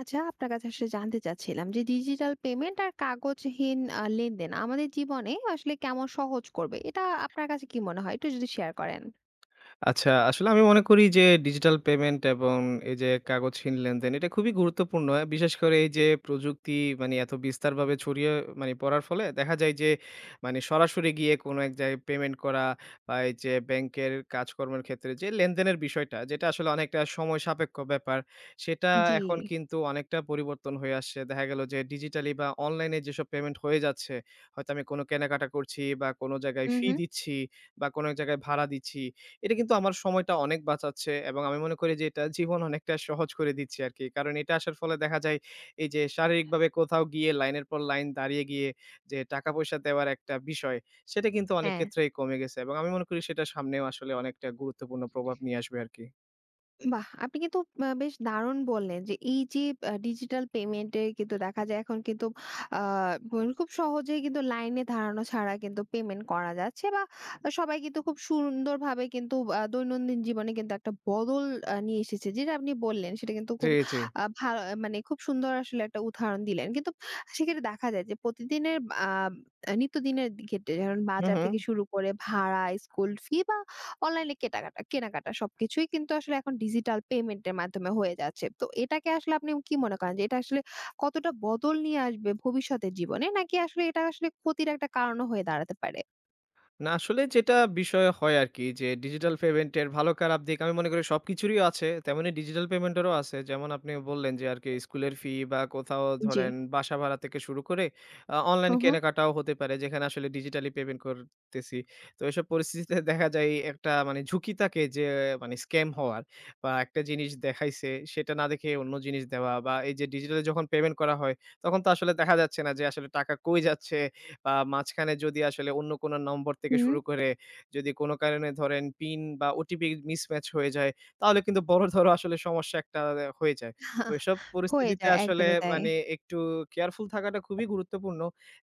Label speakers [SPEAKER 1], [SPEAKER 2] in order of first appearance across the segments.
[SPEAKER 1] আচ্ছা, আপনার কাছে আসলে জানতে চাচ্ছিলাম যে ডিজিটাল পেমেন্ট আর কাগজহীন লেনদেন আমাদের জীবনে আসলে কেমন সহজ করবে, এটা আপনার কাছে কি মনে হয় একটু যদি শেয়ার করেন।
[SPEAKER 2] আচ্ছা, আসলে আমি মনে করি যে ডিজিটাল পেমেন্ট এবং এই যে কাগজহীন লেনদেন এটা খুবই গুরুত্বপূর্ণ। বিশেষ করে এই যে প্রযুক্তি মানে এত বিস্তারভাবে ছড়িয়ে মানে পড়ার ফলে দেখা যায় যে মানে সরাসরি গিয়ে কোনো এক জায়গায় পেমেন্ট করা বা এই যে ব্যাংকের কাজকর্মের ক্ষেত্রে যে লেনদেনের বিষয়টা, যেটা আসলে অনেকটা সময় সাপেক্ষ ব্যাপার, সেটা
[SPEAKER 1] জি।
[SPEAKER 2] এখন কিন্তু অনেকটা পরিবর্তন হয়ে আসছে। দেখা গেল যে ডিজিটালি বা অনলাইনে যেসব পেমেন্ট হয়ে যাচ্ছে, হয়তো আমি কোনো কেনাকাটা করছি বা কোনো জায়গায়
[SPEAKER 1] হুম,
[SPEAKER 2] ফি
[SPEAKER 1] হুম।
[SPEAKER 2] দিচ্ছি বা কোনো এক জায়গায় ভাড়া দিচ্ছি, এটা কিন্তু আমার সময়টা অনেক বাঁচাচ্ছে এবং আমি মনে করি যে এটা জীবন অনেকটা সহজ করে দিচ্ছে আরকি। কারণ এটা আসার ফলে দেখা যায় এই যে শারীরিকভাবে কোথাও গিয়ে লাইনের পর লাইন দাঁড়িয়ে গিয়ে যে টাকা-পয়সা দেওয়ার একটা বিষয়, সেটা কিন্তু অনেক
[SPEAKER 1] হ্যাঁ।
[SPEAKER 2] ক্ষেত্রেই কমে গেছে এবং আমি মনে করি সেটা সামনেও আসলে অনেকটা গুরুত্বপূর্ণ প্রভাব নিয়ে আসবে আরকি।
[SPEAKER 1] বাহ! আপনি কিন্তু বেশ দারুণ বললেন যে, এই যে ডিজিটাল পেমেন্টে কিন্তু দেখা যায় এখন কিন্তু আ খুব সহজেই কিন্তু লাইনে দাঁড়ানো ছাড়া কিন্তু পেমেন্ট করা যাচ্ছে বা সবাই কিন্তু খুব সুন্দরভাবে কিন্তু দৈনন্দিন জীবনে কিন্তু একটা বদল নিয়ে এসেছে। যেটা আপনি বললেন সেটা কিন্তু
[SPEAKER 2] জি,
[SPEAKER 1] খুব
[SPEAKER 2] জি।
[SPEAKER 1] আ ভা মানে খুব সুন্দর আসলে একটা উদাহরণ দিলেন। কিন্তু সেক্ষেত্রে দেখা যায় যে প্রতিদিনের আ নিত্যদিনের ক্ষেত্রে যেমন
[SPEAKER 2] হু,
[SPEAKER 1] বাজার
[SPEAKER 2] হু।
[SPEAKER 1] থেকে শুরু করে ভাড়া, স্কুল ফি বা অনলাইনে কেনাকাটা সবকিছুই কিন্তু আসলে এখন ডিজিটাল পেমেন্টের মাধ্যমে হয়ে যাচ্ছে। তো এটাকে আসলে আপনি কি মনে করেন যে এটা আসলে কতটা বদল নিয়ে আসবে ভবিষ্যতের জীবনে? নাকি আসলে এটা আসলে ক্ষতির একটা কারণও হয়ে দাঁড়াতে পারে?
[SPEAKER 2] না, আসলে যেটা বিষয় হয় আরকি, যে ডিজিটাল পেমেন্টের ভালো খারাপ দিক আমি মনে করি সবকিছুরই আছে। তেমনি ডিজিটাল পেমেন্টেরও আছে। যেমন আপনি বললেন যে আরকি স্কুলের ফি বা কোথাও
[SPEAKER 1] জি।
[SPEAKER 2] ধরেন বাসা ভাড়া থেকে শুরু করে
[SPEAKER 1] হু,
[SPEAKER 2] অনলাইন
[SPEAKER 1] হু।
[SPEAKER 2] কেনাকাটাও হতে পারে, যেখানে আসলে ডিজিটালি পেমেন্ট করতেছি। তো এসব পরিস্থিতিতে দেখা যায় একটা মানে ঝুঁকি থাকে, যে মানে স্ক্যাম হওয়ার, বা একটা জিনিস দেখাইছে সেটা না দেখে অন্য জিনিস দেওয়া, বা এই যে ডিজিটালি যখন পেমেন্ট করা হয় তখন তো আসলে দেখা যাচ্ছে না যে আসলে টাকা কই যাচ্ছে, বা মাঝখানে যদি আসলে অন্য কোনো নম্বর থেকে
[SPEAKER 1] হুম।
[SPEAKER 2] শুরু করে যদি কোনো কারণে ধরেন পিন বা ওটিপি মিসম্যাচ হয়ে যায়, তাহলে কিন্তু বড় ধরো আসলে সমস্যা একটা হয়ে যায়। তো এসব
[SPEAKER 1] হয়ে
[SPEAKER 2] পরিস্থিতিতে
[SPEAKER 1] যায়,
[SPEAKER 2] আসলে
[SPEAKER 1] একদমই তাই।
[SPEAKER 2] মানে একটু কেয়ারফুল থাকাটা খুবই গুরুত্বপূর্ণ।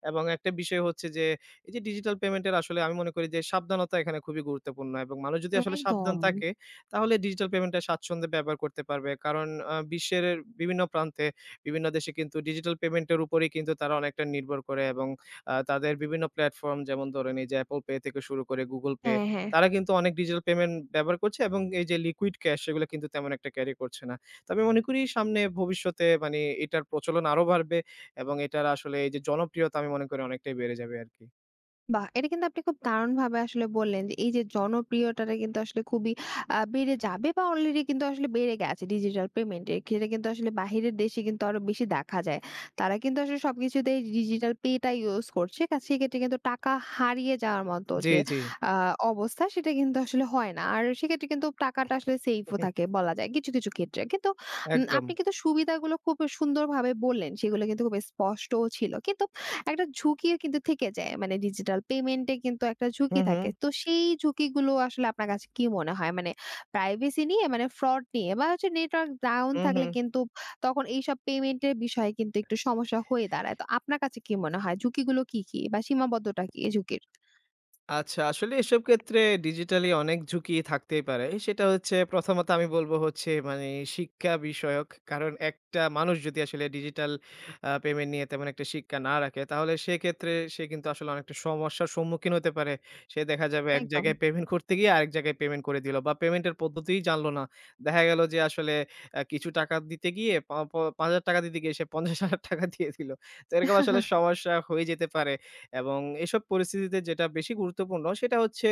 [SPEAKER 2] এবং একটা বিষয় হচ্ছে যে এই যে ডিজিটাল পেমেন্টের আসলে আমি মনে করি যে সাবধানতা এখানে খুবই গুরুত্বপূর্ণ, এবং মানুষ যদি আসলে সাবধান
[SPEAKER 1] একদম।
[SPEAKER 2] থাকে, তাহলে ডিজিটাল পেমেন্টটা স্বাচ্ছন্দ্যে ব্যবহার করতে পারবে। কারণ বিশ্বের বিভিন্ন প্রান্তে, বিভিন্ন দেশে কিন্তু ডিজিটাল পেমেন্টের উপরেই কিন্তু তারা অনেকটা নির্ভর করে, এবং তাদের বিভিন্ন প্ল্যাটফর্ম, যেমন ধরেন এই যে Apple Pay থেকে শুরু করে Google Pay,
[SPEAKER 1] হ্যাঁ, হ্যাঁ।
[SPEAKER 2] তারা কিন্তু অনেক ডিজিটাল পেমেন্ট ব্যবহার করছে এবং এই যে লিকুইড ক্যাশ, সেগুলো কিন্তু তেমন একটা ক্যারি করছে না। তো আমি মনে করি সামনে ভবিষ্যতে মানে এটার প্রচলন আরো বাড়বে, এবং এটার আসলে এই যে জনপ্রিয়তা আমি মনে করি অনেকটাই বেড়ে যাবে আরকি।
[SPEAKER 1] বাহ! এটা কিন্তু আপনি খুব দারুণভাবে আসলে বললেন যে, এই যে জনপ্রিয়তাটা কিন্তু আসলে খুবই বেড়ে যাবে বা অলরেডি কিন্তু আসলে বেড়ে গেছে ডিজিটাল পেমেন্টের। সেটা কিন্তু আসলে বাহিরের দেশে কিন্তু আরো বেশি দেখা যায়। তারা কিন্তু আসলে সবকিছুতেই ডিজিটাল পেটা ইউস করছে। সেক্ষেত্রে কিন্তু টাকা হারিয়ে যাওয়ার মতো
[SPEAKER 2] জি,
[SPEAKER 1] যে
[SPEAKER 2] জি।
[SPEAKER 1] আ অবস্থা সেটা কিন্তু আসলে হয় না। আর সেক্ষেত্রে কিন্তু টাকাটা আসলে সেইফও থাকে বলা যায় কিছু, কিছু ক্ষেত্রে। কিন্তু
[SPEAKER 2] একদম।
[SPEAKER 1] আপনি কিন্তু সুবিধাগুলো খুব সুন্দরভাবে বললেন। সেগুলো কিন্তু খুব স্পষ্টও ছিল। কিন্তু একটা ঝুঁকিও কিন্তু থেকে যায়। মানে ডিজিটাল পেমেন্টে কিন্তু একটা
[SPEAKER 2] হু,
[SPEAKER 1] ঝুঁকি
[SPEAKER 2] হু।
[SPEAKER 1] থাকে। তো সেই ঝুঁকিগুলো আসলে আপনার কাছে কি মনে হয়? মানে প্রাইভেসি নিয়ে, মানে ফ্রড নিয়ে বা হচ্ছে নেটওয়ার্ক ডাউন
[SPEAKER 2] হু, হু।
[SPEAKER 1] থাকলে কিন্তু তখন এইসব পেমেন্টের বিষয়ে কিন্তু একটু সমস্যা হয়ে দাঁড়ায়। তো আপনার কাছে কি মনে হয় ঝুঁকিগুলো কি, কি বা সীমাবদ্ধতা কি এই ঝুঁকির?
[SPEAKER 2] আচ্ছা, আসলে এসব ক্ষেত্রে ডিজিটালি অনেক ঝুঁকি থাকতেই পারে। সেটা হচ্ছে, প্রথমত আমি বলব হচ্ছে মানে শিক্ষা বিষয়ক। কারণ একটা মানুষ যদি আসলে ডিজিটাল পেমেন্ট নিয়ে তেমন একটা শিক্ষা না রাখে, তাহলে সেক্ষেত্রে সে কিন্তু আসলে অনেকটা সমস্যার সম্মুখীন হতে পারে। সে দেখা যাবে এক
[SPEAKER 1] একদম।
[SPEAKER 2] জায়গায় পেমেন্ট করতে গিয়ে আরেক জায়গায় পেমেন্ট করে দিল, বা পেমেন্টের পদ্ধতিই জানল না। দেখা গেল যে আসলে কিছু টাকা দিতে গিয়ে পা প ৳৫,০০০ দিতে গিয়ে সে ৳৫০,০০০ দিয়ে দিল। তো এরকম আসলে সমস্যা হয়ে যেতে পারে। এবং এসব পরিস্থিতিতে যেটা বেশি গুরুত্বপূর্ণ সেটা হচ্ছে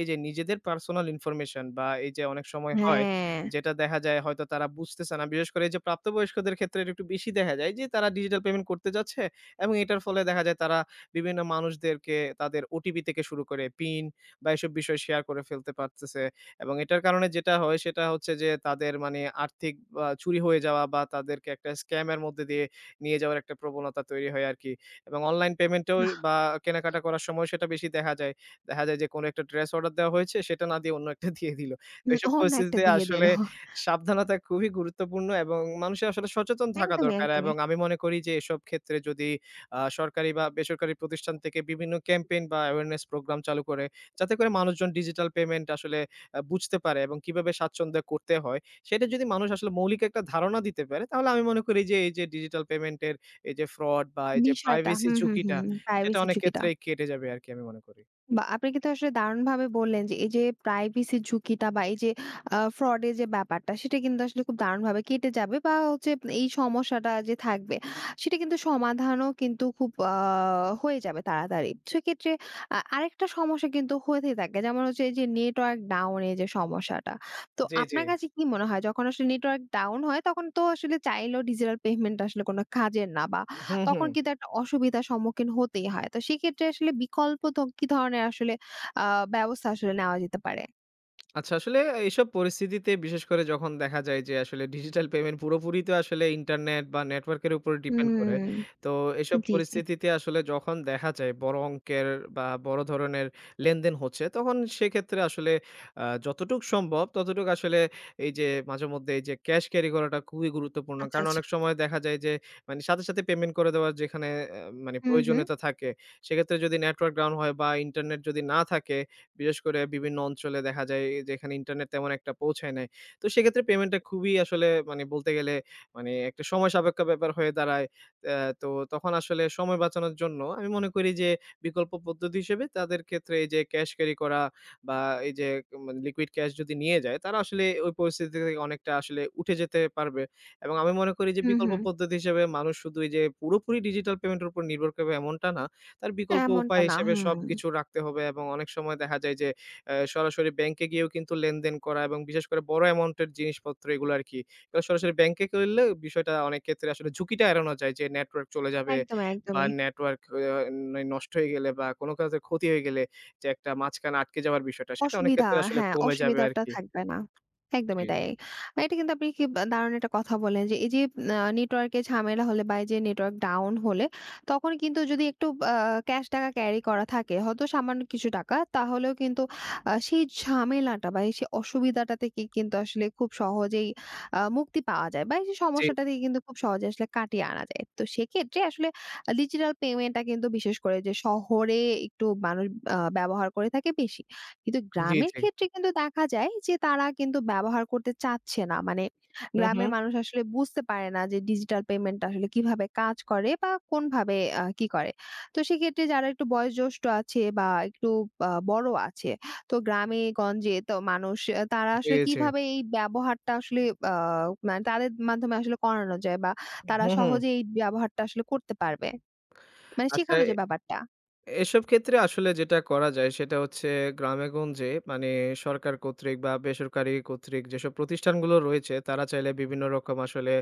[SPEAKER 2] এই যে নিজেদের পার্সোনাল ইনফরমেশন, বা এই যে অনেক সময় হয়,
[SPEAKER 1] হ্যাঁ,
[SPEAKER 2] যেটা দেখা যায় হয়তো তারা বুঝতেছে না। বিশেষ করে এই যে প্রাপ্তবয়স্কদের ক্ষেত্রে এটা একটু বেশি দেখা যায়, যে তারা ডিজিটাল পেমেন্ট করতে যাচ্ছে, এবং এটার ফলে দেখা যায় তারা বিভিন্ন মানুষদেরকে তাদের ওটিপি থেকে শুরু করে পিন বা এসব বিষয় শেয়ার করে ফেলতে পারতেছে, এবং এটার কারণে যেটা হয় সেটা হচ্ছে যে তাদের মানে আর্থিক চুরি হয়ে যাওয়া, বা তাদেরকে একটা স্ক্যাম এর মধ্যে দিয়ে নিয়ে যাওয়ার একটা প্রবণতা তৈরি হয় আরকি। এবং অনলাইন পেমেন্টেও
[SPEAKER 1] বাহ!
[SPEAKER 2] বা কেনাকাটা করার সময় সেটা বেশি দেখা যায়। দেখা যায় যে কোনো একটা ড্রেস অর্ডার দেওয়া হয়েছে, সেটা না দিয়ে অন্য একটা দিয়ে দিল। তো
[SPEAKER 1] হুম,
[SPEAKER 2] এসব
[SPEAKER 1] অন্য একটা
[SPEAKER 2] পরিস্থিতিতে
[SPEAKER 1] দিয়ে দিল।
[SPEAKER 2] আসলে সাবধানতা খুবই গুরুত্বপূর্ণ, এবং মানুষের আসলে সচেতন থাকা
[SPEAKER 1] একদমই,
[SPEAKER 2] দরকার,
[SPEAKER 1] একদমই।
[SPEAKER 2] এবং আমি মনে করি যে এসব ক্ষেত্রে যদি সরকারি বা বেসরকারি প্রতিষ্ঠান থেকে বিভিন্ন ক্যাম্পেইন বা অ্যাওয়ারনেস প্রোগ্রাম চালু করে, যাতে করে মানুষজন ডিজিটাল পেমেন্ট আসলে বুঝতে পারে এবং কিভাবে স্বাচ্ছন্দ্যে করতে হয় সেটা যদি মানুষ আসলে মৌলিক একটা ধারণা দিতে পারে, তাহলে আমি মনে করি যে এই যে ডিজিটাল পেমেন্টের এই যে ফ্রড বা এই যে
[SPEAKER 1] বিষয়টা।
[SPEAKER 2] প্রাইভেসি
[SPEAKER 1] হুম, হুম,
[SPEAKER 2] ঝুঁকিটা,
[SPEAKER 1] হুম।
[SPEAKER 2] সেটা
[SPEAKER 1] প্রাইভেসি
[SPEAKER 2] অনেক
[SPEAKER 1] ঝুঁকিটা।
[SPEAKER 2] ক্ষেত্রেই কেটে যাবে আরকি আমি মনে করি।
[SPEAKER 1] বা আপনি কিন্তু আসলে দারুণভাবে বললেন যে এই যে প্রাইভেসির ঝুঁকিটা বা এই যে ফ্রডের যে ব্যাপারটা সেটা কিন্তু আসলে খুব দারুণভাবে কেটে যাবে বা হচ্ছে এই সমস্যাটা যে থাকবে সেটা কিন্তু সমাধানও কিন্তু খুব হয়ে যাবে তাড়াতাড়ি সেক্ষেত্রে। আরেকটা সমস্যা কিন্তু হয়েই থাকে যেমন হচ্ছে এই যে নেটওয়ার্ক ডাউনের যে সমস্যাটা। তো
[SPEAKER 2] জি, জি।
[SPEAKER 1] আপনার কাছে কি মনে হয় যখন আসলে নেটওয়ার্ক ডাউন হয় তখন তো আসলে চাইলেও ডিজিটাল পেমেন্ট আসলে কোনো কাজের না বা
[SPEAKER 2] হু, হু।
[SPEAKER 1] তখন কিন্তু একটা অসুবিধার সম্মুখীন হতেই হয়। তো সেক্ষেত্রে আসলে বিকল্প কি ধরনের আসলে আ ব্যবস্থা আসলে নেওয়া যেতে পারে?
[SPEAKER 2] আচ্ছা, আসলে এইসব পরিস্থিতিতে বিশেষ করে যখন দেখা যায় যে আসলে ডিজিটাল পেমেন্ট পুরোপুরি তো আসলে ইন্টারনেট বা নেটওয়ার্কের উপর ডিপেন্ড করে।
[SPEAKER 1] হুম,
[SPEAKER 2] তো এসব
[SPEAKER 1] জি, জি।
[SPEAKER 2] পরিস্থিতিতে আসলে যখন দেখা যায় বড় অঙ্কের বা বড় ধরনের লেনদেন হচ্ছে, তখন সেক্ষেত্রে আসলে যতটুক সম্ভব ততটুক আসলে এই যে মাঝেমধ্যে এই যে ক্যাশ ক্যারি করাটা খুবই গুরুত্বপূর্ণ।
[SPEAKER 1] আচ্ছা,
[SPEAKER 2] কারণ
[SPEAKER 1] আচ্ছা।
[SPEAKER 2] অনেক সময় দেখা যায় যে মানে সাথে, সাথে পেমেন্ট করে দেওয়ার যেখানে মানে
[SPEAKER 1] হুম, হুম।
[SPEAKER 2] প্রয়োজনীয়তা থাকে, সেক্ষেত্রে যদি নেটওয়ার্ক ডাউন হয় বা ইন্টারনেট যদি না থাকে, বিশেষ করে বিভিন্ন অঞ্চলে দেখা যায় যেখানে ইন্টারনেট তেমন একটা পৌঁছায় নাই, তো সেক্ষেত্রে পেমেন্টটা খুবই আসলে মানে বলতে গেলে মানে একটা সময় সাপেক্ষ ব্যাপার হয়ে দাঁড়ায়। তো তখন আসলে সময় বাঁচানোর জন্য আমি মনে করি যে বিকল্প পদ্ধতি হিসেবে তাদের ক্ষেত্রে এই যে ক্যাশ ক্যারি করা, বা এই যে মানে লিকুইড ক্যাশ যদি নিয়ে যায়, তারা আসলে ওই পরিস্থিতি থেকে অনেকটা আসলে উঠে যেতে পারবে। এবং আমি মনে করি যে
[SPEAKER 1] হুম,
[SPEAKER 2] বিকল্প
[SPEAKER 1] হুম।
[SPEAKER 2] পদ্ধতি হিসেবে মানুষ শুধু এই যে পুরোপুরি ডিজিটাল পেমেন্টের উপর নির্ভর করবে এমনটা না। তার বিকল্প
[SPEAKER 1] এমনটা
[SPEAKER 2] উপায়
[SPEAKER 1] না।
[SPEAKER 2] হিসেবে
[SPEAKER 1] হুম।
[SPEAKER 2] সবকিছু রাখতে হবে, এবং অনেক সময় দেখা যায় যে সরাসরি ব্যাংকে গিয়েও কিন্তু লেনদেন করা, এবং বিশেষ করে বড় অ্যামাউন্টের জিনিসপত্র, এগুলো আরকি। তো সরাসরি ব্যাংকে করলে বিষয়টা অনেক ক্ষেত্রে আসলে ঝুঁকিটা এড়ানো যায় যে নেটওয়ার্ক চলে যাবে,
[SPEAKER 1] একদমই,
[SPEAKER 2] বা
[SPEAKER 1] একদমই।
[SPEAKER 2] নেটওয়ার্ক অ্যা ন নষ্ট হয়ে গেলে বা কোনো কাজের ক্ষতি হয়ে গেলে, যে একটা মাঝখানে আটকে যাওয়ার বিষয়টা, সেটা অনেক
[SPEAKER 1] অসুবিধা,
[SPEAKER 2] ক্ষেত্রে আসলে
[SPEAKER 1] হ্যাঁ,
[SPEAKER 2] কমে যাবে
[SPEAKER 1] অসুবিধাটা
[SPEAKER 2] আরকি।
[SPEAKER 1] থাকবে না।
[SPEAKER 2] জি,
[SPEAKER 1] একদমই তাই।
[SPEAKER 2] জি।
[SPEAKER 1] আর এটা কিন্তু আপনি দারুণ একটা কথা বললেন যে এই যে নেটওয়ার্কে ঝামেলা হলে বা এই যে নেটওয়ার্ক ডাউন হলে তখন কিন্তু যদি একটু আ ক্যাশ টাকা ক্যারি করা থাকে হয়তো সামান্য কিছু টাকা তাহলেও কিন্তু সেই ঝামেলাটা বা এই সেই অসুবিধাটা থেকে কিন্তু আসলে খুব সহজেই মুক্তি পাওয়া যায় বা এই যে
[SPEAKER 2] জি,
[SPEAKER 1] সমস্যাটা থেকে কিন্তু খুব সহজে আসলে কাটিয়ে আনা যায়। তো সেক্ষেত্রে আসলে ডিজিটাল পেমেন্টটা কিন্তু বিশেষ করে যে শহরে একটু মানুষ ব্যবহার করে থাকে বেশি। কিন্তু
[SPEAKER 2] জি,
[SPEAKER 1] গ্রামের
[SPEAKER 2] জি।
[SPEAKER 1] ক্ষেত্রে কিন্তু দেখা যায় যে তারা কিন্তু ব্যবহার করতে চাচ্ছে না। মানে
[SPEAKER 2] হু, হু।
[SPEAKER 1] গ্রামের মানুষ আসলে বুঝতে পারে না যে ডিজিটাল পেমেন্ট আসলে কিভাবে কাজ করে বা কোনভাবে কি করে। তো সেক্ষেত্রে যারা একটু বয়োজ্যেষ্ঠ আছে বা একটু বড় আছে, তো গ্রামে-গঞ্জে তো মানুষ তারা
[SPEAKER 2] জি,
[SPEAKER 1] আসলে
[SPEAKER 2] জি।
[SPEAKER 1] কিভাবে এই ব্যবহারটা আসলে আ মানে তাদের মাধ্যমে আসলে করানো যায় বা তারা
[SPEAKER 2] হু, হু।
[SPEAKER 1] সহজে এই ব্যবহারটা আসলে করতে পারবে? মানে
[SPEAKER 2] আচ্ছা,
[SPEAKER 1] শেখানো যে ব্যাপারটা?
[SPEAKER 2] এসব ক্ষেত্রে আসলে যেটা করা যায় সেটা হচ্ছে গ্রামেগঞ্জে মানে সরকার কর্তৃক বা বেসরকারি কর্তৃক যেসব প্রতিষ্ঠানগুলো রয়েছে, তারা চাইলে বিভিন্ন রকম আসলে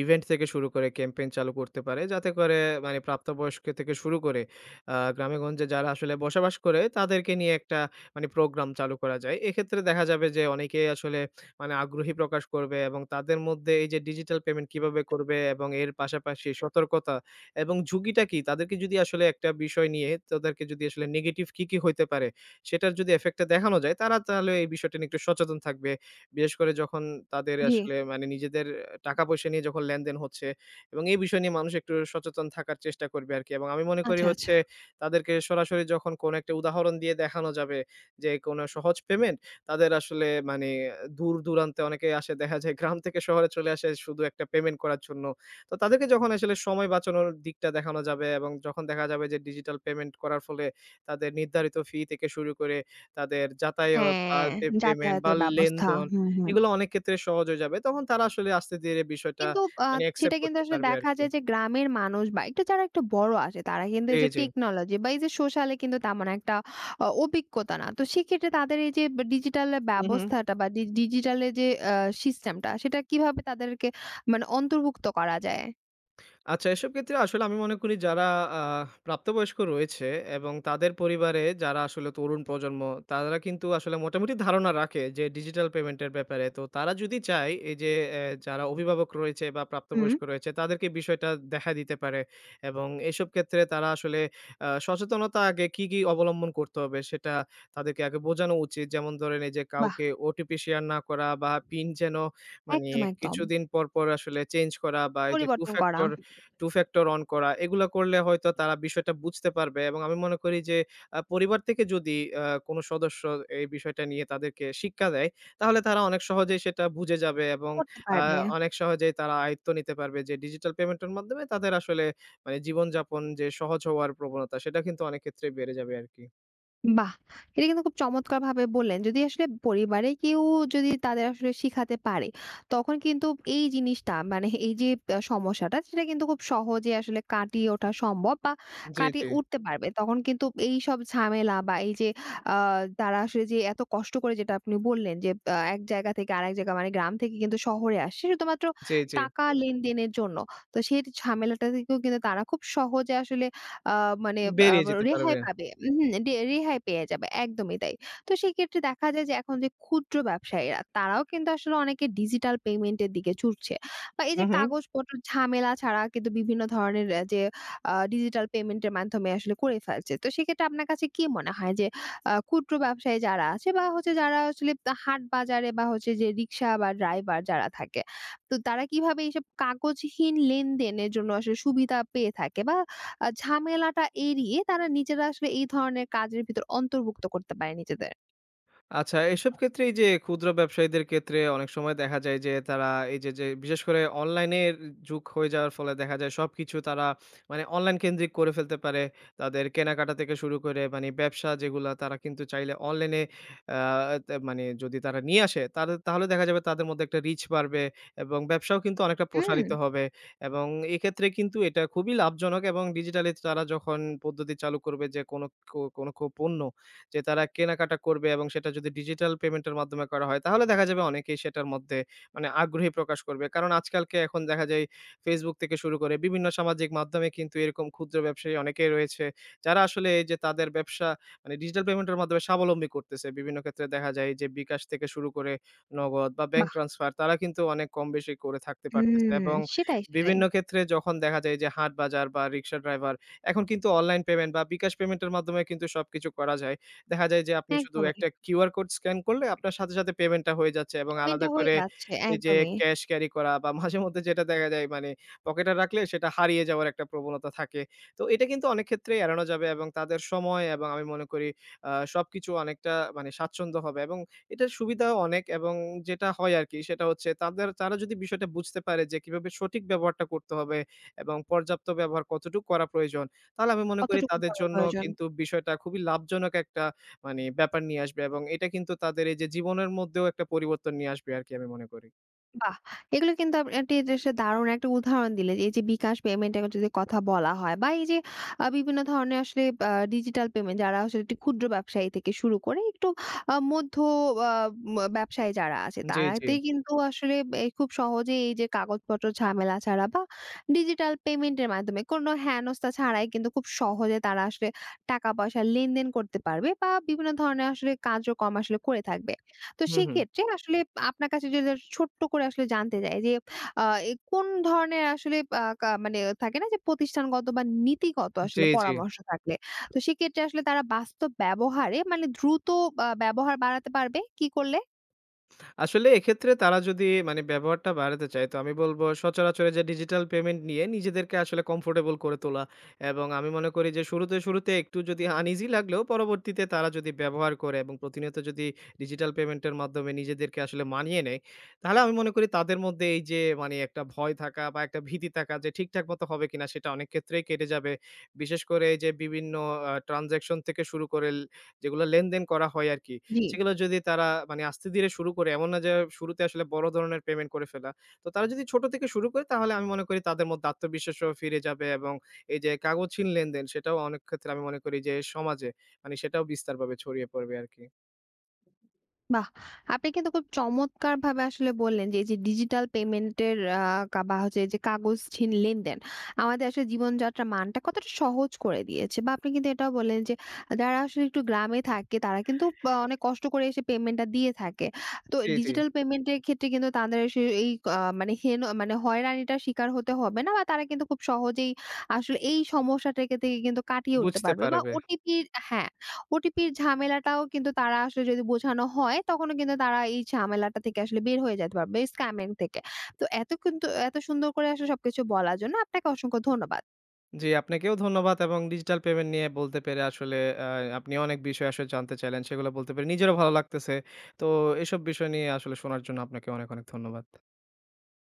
[SPEAKER 2] ইভেন্ট থেকে শুরু করে ক্যাম্পেইন চালু করতে পারে, যাতে করে মানে প্রাপ্তবয়স্ক থেকে শুরু করে আহ, গ্রামেগঞ্জে যারা আসলে বসবাস করে তাদেরকে নিয়ে একটা মানে প্রোগ্রাম চালু করা যায়। এক্ষেত্রে দেখা যাবে যে অনেকেই আসলে মানে আগ্রহী প্রকাশ করবে, এবং তাদের মধ্যে এই যে ডিজিটাল পেমেন্ট কিভাবে করবে এবং এর পাশাপাশি সতর্কতা এবং ঝুঁকিটা কি? তাদেরকে যদি আসলে একটা বিষয় নিয়ে, তাদেরকে যদি আসলে নেগেটিভ কি, কি হইতে পারে সেটার যদি এফেক্টটা দেখানো যায়, তারা তাহলে এই বিষয়টা নিয়ে একটু সচেতন থাকবে। বিশেষ করে যখন তাদের
[SPEAKER 1] জি,
[SPEAKER 2] আসলে মানে নিজেদের টাকা-পয়সা নিয়ে যখন লেনদেন হচ্ছে, এবং এই বিষয় নিয়ে মানুষ একটু সচেতন থাকার চেষ্টা করবে আরকি। এবং আমি মনে করি
[SPEAKER 1] আচ্ছা, আচ্ছা।
[SPEAKER 2] হচ্ছে তাদেরকে সরাসরি যখন কোনো একটা উদাহরণ দিয়ে দেখানো যাবে, যে কোনো সহজ পেমেন্ট তাদের আসলে মানে দূর-দূরান্তে অনেকেই আসে, দেখা যায় গ্রাম থেকে শহরে চলে আসে শুধু একটা পেমেন্ট করার জন্য। তো তাদেরকে যখন আসলে সময় বাঁচানোর দিকটা দেখানো যাবে, এবং যখন দেখা যাবে যে ডিজিটাল পেমেন্ট করার ফলে তাদের নির্ধারিত ফি থেকে শুরু করে তাদের যাতায়াত,
[SPEAKER 1] হ্যাঁ,
[SPEAKER 2] তাদের পেমেন্ট বা
[SPEAKER 1] যাতায়াতের ব্যবস্থা।
[SPEAKER 2] লেনদেন,
[SPEAKER 1] হুম, হুম।
[SPEAKER 2] এগুলো অনেক ক্ষেত্রে সহজ হয়ে যাবে। তখন তারা আসলে আস্তে ধীরে বিষয়টা
[SPEAKER 1] কিন্তু আ
[SPEAKER 2] মানে
[SPEAKER 1] সেটা
[SPEAKER 2] অ্যাকসেপ্ট
[SPEAKER 1] কিন্তু
[SPEAKER 2] করতে
[SPEAKER 1] আসলে
[SPEAKER 2] পারবে
[SPEAKER 1] দেখা
[SPEAKER 2] আরকি।
[SPEAKER 1] যায় যে গ্রামের মানুষ বা একটু যারা একটু বড় আসে তারা কিন্তু
[SPEAKER 2] জি,
[SPEAKER 1] এই যে
[SPEAKER 2] জি।
[SPEAKER 1] টেকনোলজি বা এই যে সোশ্যাল এ কিন্তু তেমন একটা অভিজ্ঞতা না। তো সেক্ষেত্রে তাদের এই যে ডিজিটাল
[SPEAKER 2] হু, হু।
[SPEAKER 1] ব্যবস্থাটা বা ডিজিটাল এ যে আ সিস্টেমটা সেটা কিভাবে তাদেরকে মানে অন্তর্ভুক্ত করা যায়?
[SPEAKER 2] আচ্ছা, এসব ক্ষেত্রে আসলে আমি মনে করি যারা আ প্রাপ্তবয়স্ক রয়েছে, এবং তাদের পরিবারে যারা আসলে তরুণ প্রজন্ম, তারা কিন্তু আসলে মোটামুটি ধারণা রাখে যে ডিজিটাল পেমেন্টের ব্যাপারে। তো তারা যদি চায় এই যে যারা অভিভাবক রয়েছে বা
[SPEAKER 1] হুম।
[SPEAKER 2] প্রাপ্তবয়স্ক রয়েছে তাদেরকে বিষয়টা দেখা দিতে পারে, এবং এসব ক্ষেত্রে তারা আসলে সচেতনতা আগে কী, কী অবলম্বন করতে হবে সেটা তাদেরকে আগে বোঝানো উচিত। যেমন ধরেন এই যে
[SPEAKER 1] বাহ!
[SPEAKER 2] কাউকে ওটিপি শেয়ার না করা, বা পিন যেন মানে
[SPEAKER 1] একদম, একদম।
[SPEAKER 2] কিছুদিন পর, পর আসলে চেঞ্জ করা, বা এই যে 2
[SPEAKER 1] পরিবর্তন করা,
[SPEAKER 2] factor টু ফ্যাক্টর অন করা, এগুলা করলে হয়তো তারা বিষয়টা বুঝতে পারবে, এবং আমি মনে করি যে পরিবার থেকে যদি কোনো সদস্য এই বিষয়টা নিয়ে তাদেরকে শিক্ষা দেয়, তাহলে তারা অনেক সহজেই সেটা বুঝে যাবে, এবং
[SPEAKER 1] করতে
[SPEAKER 2] আ
[SPEAKER 1] পারবে।
[SPEAKER 2] অনেক সহজেই তারা আয়ত্ত নিতে পারবে যে ডিজিটাল পেমেন্টের মাধ্যমে তাদের আসলে মানে জীবনযাপন যে সহজ হওয়ার প্রবণতা, সেটা কিন্তু অনেক ক্ষেত্রেই বেড়ে যাবে আরকি।
[SPEAKER 1] বাহ! এটা কিন্তু খুব চমৎকারভাবে বললেন। যদি আসলে পরিবারে কেউ যদি তাদের আসলে শিখাতে পারে, তখন কিন্তু এই জিনিসটা মানে এই যে সমস্যাটা সেটা কিন্তু খুব সহজে আসলে কাটিয়ে ওঠা সম্ভব বা
[SPEAKER 2] জি,
[SPEAKER 1] কাটিয়ে
[SPEAKER 2] জি।
[SPEAKER 1] উঠতে পারবে। তখন কিন্তু এইসব ঝামেলা বা এই যে আ তারা আসলে যে এত কষ্ট করে, যেটা আপনি বললেন যে এক জায়গা থেকে আরেক জায়গা মানে গ্রাম থেকে কিন্তু শহরে আসছে শুধুমাত্র
[SPEAKER 2] জি, জি।
[SPEAKER 1] টাকা লেনদেনের জন্য। তো সেই ঝামেলাটা থেকেও কিন্তু তারা খুব সহজে আসলে আ মানে আ
[SPEAKER 2] বেরিয়ে যেতে
[SPEAKER 1] রেহাই
[SPEAKER 2] পারবে।
[SPEAKER 1] পাবে, উহু, ডে রেহাই পেয়ে যাবে। একদমই তাই। তো সেক্ষেত্রে দেখা যায় যে এখন যে ক্ষুদ্র ব্যবসায়ীরা তারাও কিন্তু আসলে অনেকে ডিজিটাল পেমেন্ট এর দিকে ঝুঁকছে। বা এই
[SPEAKER 2] হু,
[SPEAKER 1] যে
[SPEAKER 2] হু।
[SPEAKER 1] কাগজপত্র ঝামেলা ছাড়া কিন্তু বিভিন্ন ধরনের যে ডিজিটাল পেমেন্ট এর মাধ্যমে আসলে করে ফেলছে। তো সেক্ষেত্রে আপনার কাছে কি মনে হয় যে ক্ষুদ্র ব্যবসায়ী যারা আছে বা হচ্ছে যারা আসলে হাট বাজারে বা হচ্ছে যে রিক্সা বা ড্রাইভার যারা থাকে। তো তারা কিভাবে এইসব কাগজহীন লেনদেনের জন্য আসলে সুবিধা পেয়ে থাকে বা ঝামেলাটা এড়িয়ে তারা নিজেরা আসলে এই ধরনের কাজের ভিতর অন্তর্ভুক্ত করতে পারে নিজেদের।
[SPEAKER 2] আচ্ছা, এসব ক্ষেত্রে এই যে ক্ষুদ্র ব্যবসায়ীদের ক্ষেত্রে অনেক সময় দেখা যায় যে তারা এই যে বিশেষ করে অনলাইনের যুগ হয়ে যাওয়ার ফলে দেখা যায় সবকিছু তারা মানে অনলাইন কেন্দ্রিক করে ফেলতে পারে। তাদের কেনাকাটা থেকে শুরু করে মানে ব্যবসা যেগুলা, তারা কিন্তু চাইলে অনলাইনে আ তে মানে যদি তারা নিয়ে আসে তাদের, তাহলে দেখা যাবে তাদের মধ্যে একটা রিচ বাড়বে এবং ব্যবসাও কিন্তু অনেকটা
[SPEAKER 1] হুম,
[SPEAKER 2] প্রসারিত হবে, এবং এক্ষেত্রে কিন্তু এটা খুবই লাভজনক, এবং ডিজিটালি তারা যখন পদ্ধতি চালু করবে যে কোনো কো কোনো কো পণ্য যে তারা কেনাকাটা করবে, এবং সেটা যদি ডিজিটাল পেমেন্টের মাধ্যমে করা হয়, তাহলে দেখা যাবে অনেকেই সেটার মধ্যে মানে আগ্রহী প্রকাশ করবে। কারণ আজকালকে এখন দেখা যায় Facebook থেকে শুরু করে বিভিন্ন সামাজিক মাধ্যমে কিন্তু এরকম ক্ষুদ্র ব্যবসায়ী অনেকেই রয়েছে, যারা আসলে এই যে তাদের ব্যবসা মানে ডিজিটাল পেমেন্টের মাধ্যমে স্বাবলম্বী করতেছে। বিভিন্ন ক্ষেত্রে দেখা যায় যে বিকাশ থেকে শুরু করে নগদ বা ব্যাংক
[SPEAKER 1] বাহ!
[SPEAKER 2] ট্রান্সফার, তারা কিন্তু অনেক কম বেশি করে থাকতে পারতেছে,
[SPEAKER 1] হুম,
[SPEAKER 2] এবং
[SPEAKER 1] সেটাই, সেটাই।
[SPEAKER 2] বিভিন্ন ক্ষেত্রে যখন দেখা যায় যে হাট বাজার বা রিক্সা ড্রাইভার, এখন কিন্তু অনলাইন পেমেন্ট বা বিকাশ পেমেন্টের মাধ্যমে কিন্তু সবকিছু করা যায়। দেখা যায় যে আপনি শুধু
[SPEAKER 1] একদমই।
[SPEAKER 2] একটা কিউআর কোড স্ক্যান করলে আপনার সাথে, সাথে পেমেন্টটা হয়ে যাচ্ছে, এবং
[SPEAKER 1] পেমেন্টটা
[SPEAKER 2] আলাদা
[SPEAKER 1] হয়ে
[SPEAKER 2] করে
[SPEAKER 1] যাচ্ছে।
[SPEAKER 2] এই যে
[SPEAKER 1] একদমই।
[SPEAKER 2] ক্যাশ ক্যারি করা বা মাঝেমধ্যে যেটা দেখা যায়, মানে পকেটে রাখলে সেটা হারিয়ে যাওয়ার একটা প্রবণতা থাকে। তো এটা কিন্তু অনেক ক্ষেত্রেই এড়ানো যাবে, এবং তাদের সময় এবং আমি মনে করি সবকিছু অনেকটা মানে স্বাচ্ছন্দ্য হবে, এবং এটার সুবিধাও অনেক, এবং যেটা হয় আরকি সেটা হচ্ছে তাদের, তারা যদি বিষয়টা বুঝতে পারে যে কিভাবে সঠিক ব্যবহারটা করতে হবে এবং পর্যাপ্ত ব্যবহার কতটুকু করা প্রয়োজন, তাহলে আমি মনে করি
[SPEAKER 1] কতটুকু
[SPEAKER 2] তাদের
[SPEAKER 1] করা
[SPEAKER 2] জন্য
[SPEAKER 1] প্রয়োজন?
[SPEAKER 2] কিন্তু বিষয়টা খুবই লাভজনক একটা মানে ব্যাপার নিয়ে আসবে, এবং এটা কিন্তু তাদের এই যে জীবনের মধ্যেও একটা পরিবর্তন নিয়ে আসবে আরকি আমি মনে করি।
[SPEAKER 1] বাহ! এগুলো কিন্তু এটি বেশ দারুণ একটা উদাহরণ দিলেন। এই যে বিকাশ পেমেন্টের যদি কথা বলা হয় বা এই যে বিভিন্ন ধরনের আসলে ডিজিটাল পেমেন্ট যারা আসলে একটি ক্ষুদ্র ব্যবসায়ী থেকে শুরু করে একটু মধ্য আ ম ব্যবসায়ী যারা আছে
[SPEAKER 2] জি, জি।
[SPEAKER 1] তারাতেই কিন্তু আসলে খুব সহজেই এই যে কাগজপত্র ঝামেলা ছাড়া বা ডিজিটাল পেমেন্টের মাধ্যমে কোনো হেনস্থা ছাড়াই কিন্তু খুব সহজে তারা আসলে টাকা-পয়সা লেনদেন করতে পারবে বা বিভিন্ন ধরনের আসলে কার্যক্রম আসলে করে থাকবে। তো
[SPEAKER 2] হু, হু।
[SPEAKER 1] সেক্ষেত্রে আসলে আপনার কাছে যদি ছোট্ট করে আসলে জানতে চাই যে, আ এ কোন ধরনের আসলে আ কা মানে থাকে না যে প্রতিষ্ঠানগত বা নীতিগত
[SPEAKER 2] জি,
[SPEAKER 1] আসলে
[SPEAKER 2] জি।
[SPEAKER 1] পরামর্শ থাকলে। তো সেক্ষেত্রে আসলে তারা বাস্তব ব্যবহারে মানে দ্রুত ব্যবহার বাড়াতে পারবে কি করলে?
[SPEAKER 2] আসলে এক্ষেত্রে তারা যদি মানে ব্যবহারটা বাড়াতে চায়, তো আমি বলব সচরাচরের যে ডিজিটাল পেমেন্ট নিয়ে নিজেদেরকে আসলে কমফোর্টেবল করে তোলা, এবং আমি মনে করি যে শুরুতে, শুরুতে একটু যদি আনইজি লাগলেও, পরবর্তীতে তারা যদি ব্যবহার করে এবং প্রতিনিয়ত যদি ডিজিটাল পেমেন্টের মাধ্যমে নিজেদেরকে আসলে মানিয়ে নেয়, তাহলে আমি মনে করি তাদের মধ্যে এই যে মানে একটা ভয় থাকা বা একটা ভীতি থাকা যে ঠিকঠাক মতো হবে কিনা, সেটা অনেক ক্ষেত্রেই কেটে যাবে। বিশেষ করে এই যে বিভিন্ন ট্রান্সেকশন থেকে শুরু করে যেগুলো লেনদেন করা হয় আরকি।
[SPEAKER 1] জি।
[SPEAKER 2] সেগুলো যদি তারা মানে আস্তে ধীরে শুরু করে, এমন না যে শুরুতে আসলে বড় ধরনের পেমেন্ট করে ফেলা। তো তারা যদি ছোট থেকে শুরু করে, তাহলে আমি মনে করি তাদের মধ্যে আত্মবিশ্বাসও ফিরে যাবে, এবং এই যে কাগজহীন লেনদেন, সেটাও অনেক ক্ষেত্রে আমি মনে করি যে সমাজে মানে সেটাও বিস্তারভাবে ছড়িয়ে পড়বে আরকি।
[SPEAKER 1] বাহ! আপনি কিন্তু খুব চমৎকারভাবে আসলে বললেন যে, এই যে ডিজিটাল পেমেন্টের আ কা বা হচ্ছে যে কাগজহীন লেনদেন, আমাদের আসলে জীবনযাত্রার মানটা কতটা সহজ করে দিয়েছে। বা আপনি কিন্তু এটাও বললেন যে, যারা আসলে একটু গ্রামে থাকে তারা কিন্তু বা অনেক কষ্ট করে এসে পেমেন্টটা দিয়ে থাকে। তো
[SPEAKER 2] জি, জি।
[SPEAKER 1] ডিজিটাল পেমেন্টের ক্ষেত্রে কিন্তু তাদের এসে এই মানে হয়রানিটার শিকার হতে হবে না বা তারা কিন্তু খুব সহজেই আসলে এই সমস্যাটাকে থেকে কিন্তু কাটিয়ে উঠতে
[SPEAKER 2] বুঝতে
[SPEAKER 1] পারবে বা
[SPEAKER 2] পারবে।
[SPEAKER 1] ওটিপির। হ্যাঁ। ওটিপির ঝামেলাটাও কিন্তু তারা আসলে যদি বোঝানো হয়, তখনও কিন্তু তারা এই ঝামেলাটা থেকে আসলে বের হয়ে যেতে পারবে স্ক্যামিং থেকে। তো এত সুন্দর করে আসলে সবকিছু বলার জন্য আপনাকে অসংখ্য ধন্যবাদ।
[SPEAKER 2] জি, আপনাকেও ধন্যবাদ, এবং ডিজিটাল পেমেন্ট নিয়ে বলতে পেরে আসলে আ আপনি অনেক বিষয় আসলে জানতে চাইলেন। সেগুলো বলতে পেরে নিজেরও ভালো লাগতেছে। তো এসব বিষয় নিয়ে আসলে শোনার জন্য আপনাকে অনেক, অনেক ধন্যবাদ।